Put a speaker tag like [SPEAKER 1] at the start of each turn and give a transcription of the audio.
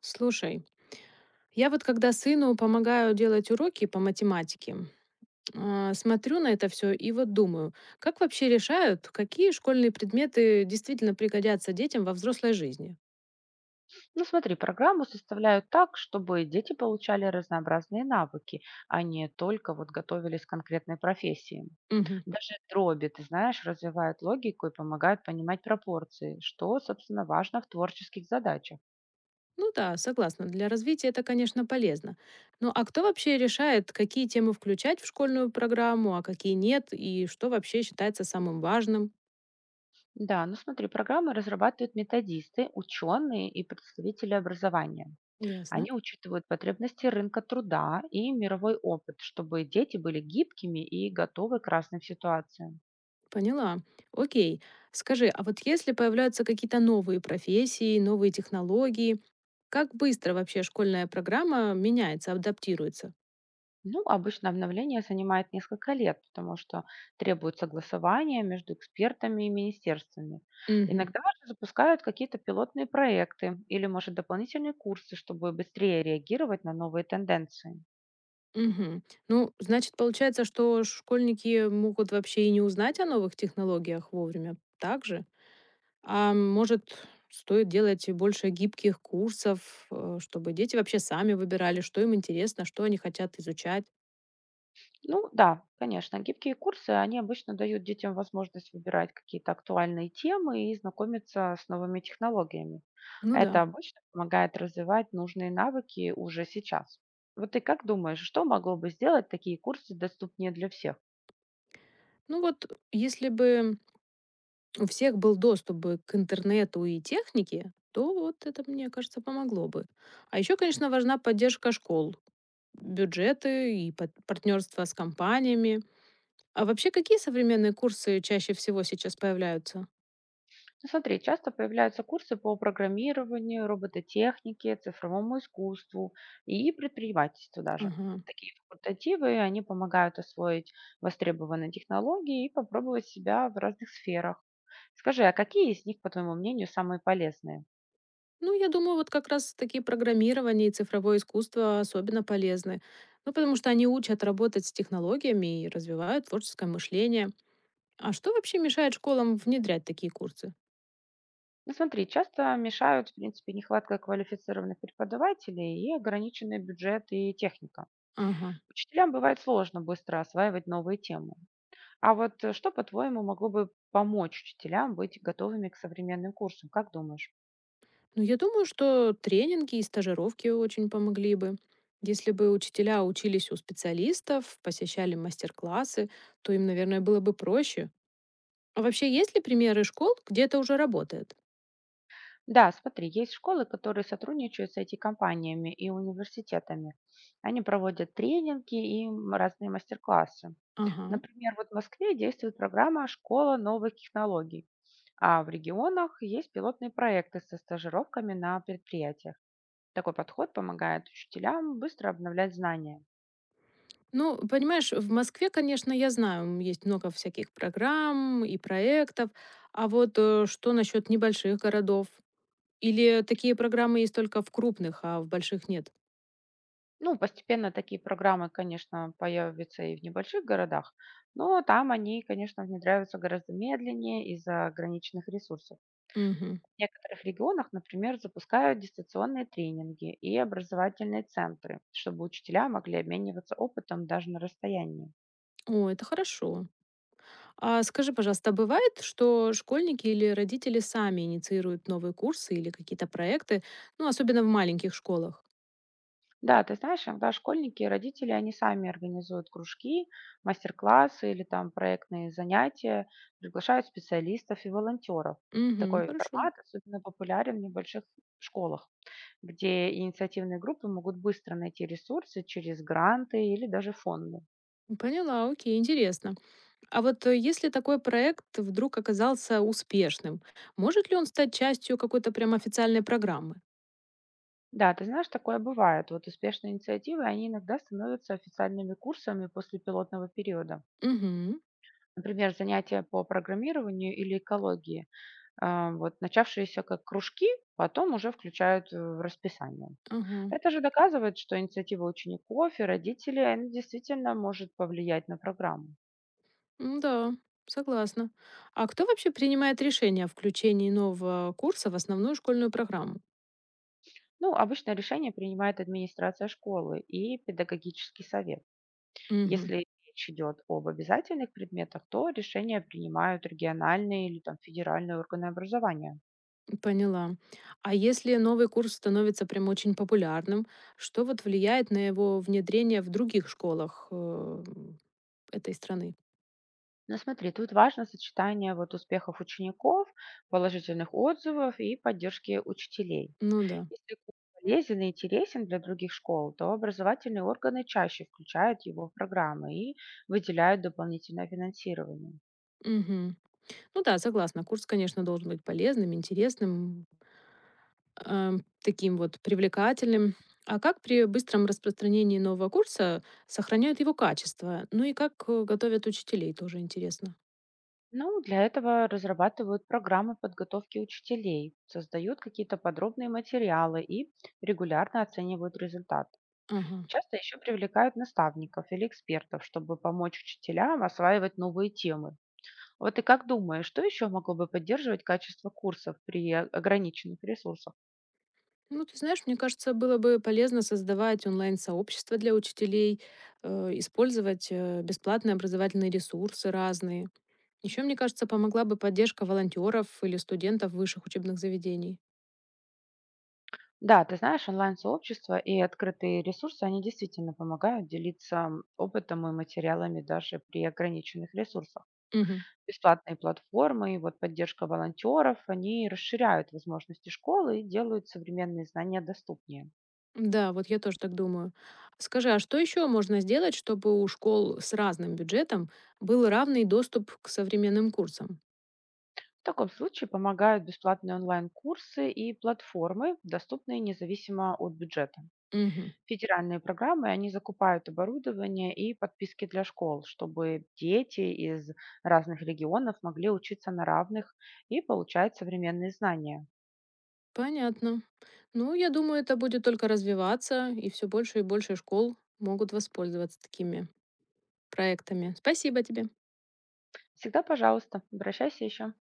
[SPEAKER 1] Слушай, я вот когда сыну помогаю делать уроки по математике, смотрю на это все и вот думаю, как вообще решают, какие школьные предметы действительно пригодятся детям во взрослой жизни?
[SPEAKER 2] Ну, смотри, программу составляют так, чтобы дети получали разнообразные навыки, а не только вот готовились к конкретной профессии.
[SPEAKER 1] Мгм.
[SPEAKER 2] Даже дроби, ты знаешь, развивают логику и помогают понимать пропорции, что, собственно, важно в творческих задачах.
[SPEAKER 1] Ну да, согласна, для развития это, конечно, полезно. Ну а кто вообще решает, какие темы включать в школьную программу, а какие нет, и что вообще считается самым важным?
[SPEAKER 2] Да, ну смотри, программы разрабатывают методисты, ученые и представители образования.
[SPEAKER 1] Ясно.
[SPEAKER 2] Они учитывают потребности рынка труда и мировой опыт, чтобы дети были гибкими и готовы к разным ситуациям.
[SPEAKER 1] Поняла. Окей. Скажи, а вот если появляются какие-то новые профессии, новые технологии, как быстро вообще школьная программа меняется, адаптируется?
[SPEAKER 2] Ну, обычно обновление занимает несколько лет, потому что требует согласования между экспертами и министерствами.
[SPEAKER 1] Мгм.
[SPEAKER 2] Иногда же запускают какие-то пилотные проекты или, может, дополнительные курсы, чтобы быстрее реагировать на новые тенденции.
[SPEAKER 1] Мгм. Ну, значит, получается, что школьники могут вообще и не узнать о новых технологиях вовремя также? А может, стоит делать больше гибких курсов, чтобы дети вообще сами выбирали, что им интересно, что они хотят изучать?
[SPEAKER 2] Ну да, конечно, гибкие курсы, они обычно дают детям возможность выбирать какие-то актуальные темы и знакомиться с новыми технологиями.
[SPEAKER 1] Ну
[SPEAKER 2] Это
[SPEAKER 1] да.
[SPEAKER 2] обычно помогает развивать нужные навыки уже сейчас. Вот ты как думаешь, что могло бы сделать такие курсы доступнее для всех?
[SPEAKER 1] Ну вот, если бы у всех был доступ бы к интернету и технике, то вот это, мне кажется, помогло бы. А еще, конечно, важна поддержка школ, бюджеты и партнерства с компаниями. А вообще, какие современные курсы чаще всего сейчас появляются?
[SPEAKER 2] Ну, смотри, часто появляются курсы по программированию, робототехнике, цифровому искусству и предпринимательству даже.
[SPEAKER 1] Ага.
[SPEAKER 2] Такие факультативы, они помогают освоить востребованные технологии и попробовать себя в разных сферах. Скажи, а какие из них, по твоему мнению, самые полезные?
[SPEAKER 1] Ну, я думаю, вот как раз такие программирование и цифровое искусство особенно полезны. Ну, потому что они учат работать с технологиями и развивают творческое мышление. А что вообще мешает школам внедрять такие курсы?
[SPEAKER 2] Ну, смотри, часто мешают, в принципе, нехватка квалифицированных преподавателей и ограниченный бюджет и техника.
[SPEAKER 1] Ага.
[SPEAKER 2] Учителям бывает сложно быстро осваивать новые темы. А вот что, по-твоему, могло бы помочь учителям быть готовыми к современным курсам? Как думаешь?
[SPEAKER 1] Ну, я думаю, что тренинги и стажировки очень помогли бы. Если бы учителя учились у специалистов, посещали мастер-классы, то им, наверное, было бы проще. А вообще, есть ли примеры школ, где это уже работает?
[SPEAKER 2] Да, смотри, есть школы, которые сотрудничают с IT-компаниями и университетами. Они проводят тренинги и разные мастер-классы.
[SPEAKER 1] Ага.
[SPEAKER 2] Например, вот в Москве действует программа «Школа новых технологий», а в регионах есть пилотные проекты со стажировками на предприятиях. Такой подход помогает учителям быстро обновлять знания.
[SPEAKER 1] Ну, понимаешь, в Москве, конечно, я знаю, есть много всяких программ и проектов. А вот что насчет небольших городов? Или такие программы есть только в крупных, а в больших нет?
[SPEAKER 2] Ну, постепенно такие программы, конечно, появятся и в небольших городах, но там они, конечно, внедряются гораздо медленнее из-за ограниченных ресурсов.
[SPEAKER 1] Угу.
[SPEAKER 2] В некоторых регионах, например, запускают дистанционные тренинги и образовательные центры, чтобы учителя могли обмениваться опытом даже на расстоянии.
[SPEAKER 1] О, это хорошо. А скажи, пожалуйста, а бывает, что школьники или родители сами инициируют новые курсы или какие-то проекты, ну, особенно в маленьких школах?
[SPEAKER 2] Да, ты знаешь, иногда школьники и родители, они сами организуют кружки, мастер-классы или там проектные занятия, приглашают специалистов и волонтеров.
[SPEAKER 1] Мгм,
[SPEAKER 2] Такой
[SPEAKER 1] хорошо.
[SPEAKER 2] формат особенно популярен в небольших школах, где инициативные группы могут быстро найти ресурсы через гранты или даже фонды.
[SPEAKER 1] Поняла, окей, интересно. А вот если такой проект вдруг оказался успешным, может ли он стать частью какой-то прям официальной программы?
[SPEAKER 2] Да, ты знаешь, такое бывает. Вот успешные инициативы, они иногда становятся официальными курсами после пилотного периода.
[SPEAKER 1] Угу,
[SPEAKER 2] Например, занятия по программированию или экологии, вот начавшиеся как кружки, потом уже включают в расписание.
[SPEAKER 1] ага.
[SPEAKER 2] Это же доказывает, что инициатива учеников и родителей, она действительно может повлиять на программу.
[SPEAKER 1] М, да, согласна. А кто вообще принимает решение о включении нового курса в основную школьную программу?
[SPEAKER 2] Ну, обычно решение принимает администрация школы и педагогический совет.
[SPEAKER 1] Угу.
[SPEAKER 2] Если речь идет об обязательных предметах, то решения принимают региональные или там федеральные органы образования.
[SPEAKER 1] Поняла. А если новый курс становится прям очень популярным, что вот влияет на его внедрение в других школах этой страны?
[SPEAKER 2] Но смотри, тут важно сочетание вот успехов учеников, положительных отзывов и поддержки учителей.
[SPEAKER 1] Ну да.
[SPEAKER 2] Если курс полезен и интересен для других школ, то образовательные органы чаще включают его в программы и выделяют дополнительное финансирование.
[SPEAKER 1] Мгм. Ну да, согласна. Курс, конечно, должен быть полезным, интересным, таким вот привлекательным. А как при быстром распространении нового курса сохраняют его качество? Ну и как готовят учителей, тоже интересно.
[SPEAKER 2] Ну, для этого разрабатывают программы подготовки учителей, создают какие-то подробные материалы и регулярно оценивают результат.
[SPEAKER 1] Ага.
[SPEAKER 2] Часто еще привлекают наставников или экспертов, чтобы помочь учителям осваивать новые темы. Вот ты как думаешь, что еще могло бы поддерживать качество курсов при ограниченных ресурсах?
[SPEAKER 1] Ну, ты знаешь, мне кажется, было бы полезно создавать онлайн-сообщество для учителей, э, использовать бесплатные образовательные ресурсы разные. Еще, мне кажется, помогла бы поддержка волонтеров или студентов высших учебных заведений.
[SPEAKER 2] Да, ты знаешь, онлайн-сообщества и открытые ресурсы, они действительно помогают делиться опытом и материалами даже при ограниченных ресурсах.
[SPEAKER 1] Мгм.
[SPEAKER 2] Бесплатные платформы и вот поддержка волонтеров, они расширяют возможности школы и делают современные знания доступнее.
[SPEAKER 1] Да, вот я тоже так думаю. Скажи, а что еще можно сделать, чтобы у школ с разным бюджетом был равный доступ к современным курсам?
[SPEAKER 2] В таком случае помогают бесплатные онлайн-курсы и платформы, доступные независимо от бюджета.
[SPEAKER 1] Мгм.
[SPEAKER 2] Федеральные программы, они закупают оборудование и подписки для школ, чтобы дети из разных регионов могли учиться на равных и получать современные знания.
[SPEAKER 1] Понятно. Ну, я думаю, это будет только развиваться, и все больше и больше школ могут воспользоваться такими проектами. Спасибо тебе.
[SPEAKER 2] Всегда, пожалуйста, обращайся еще.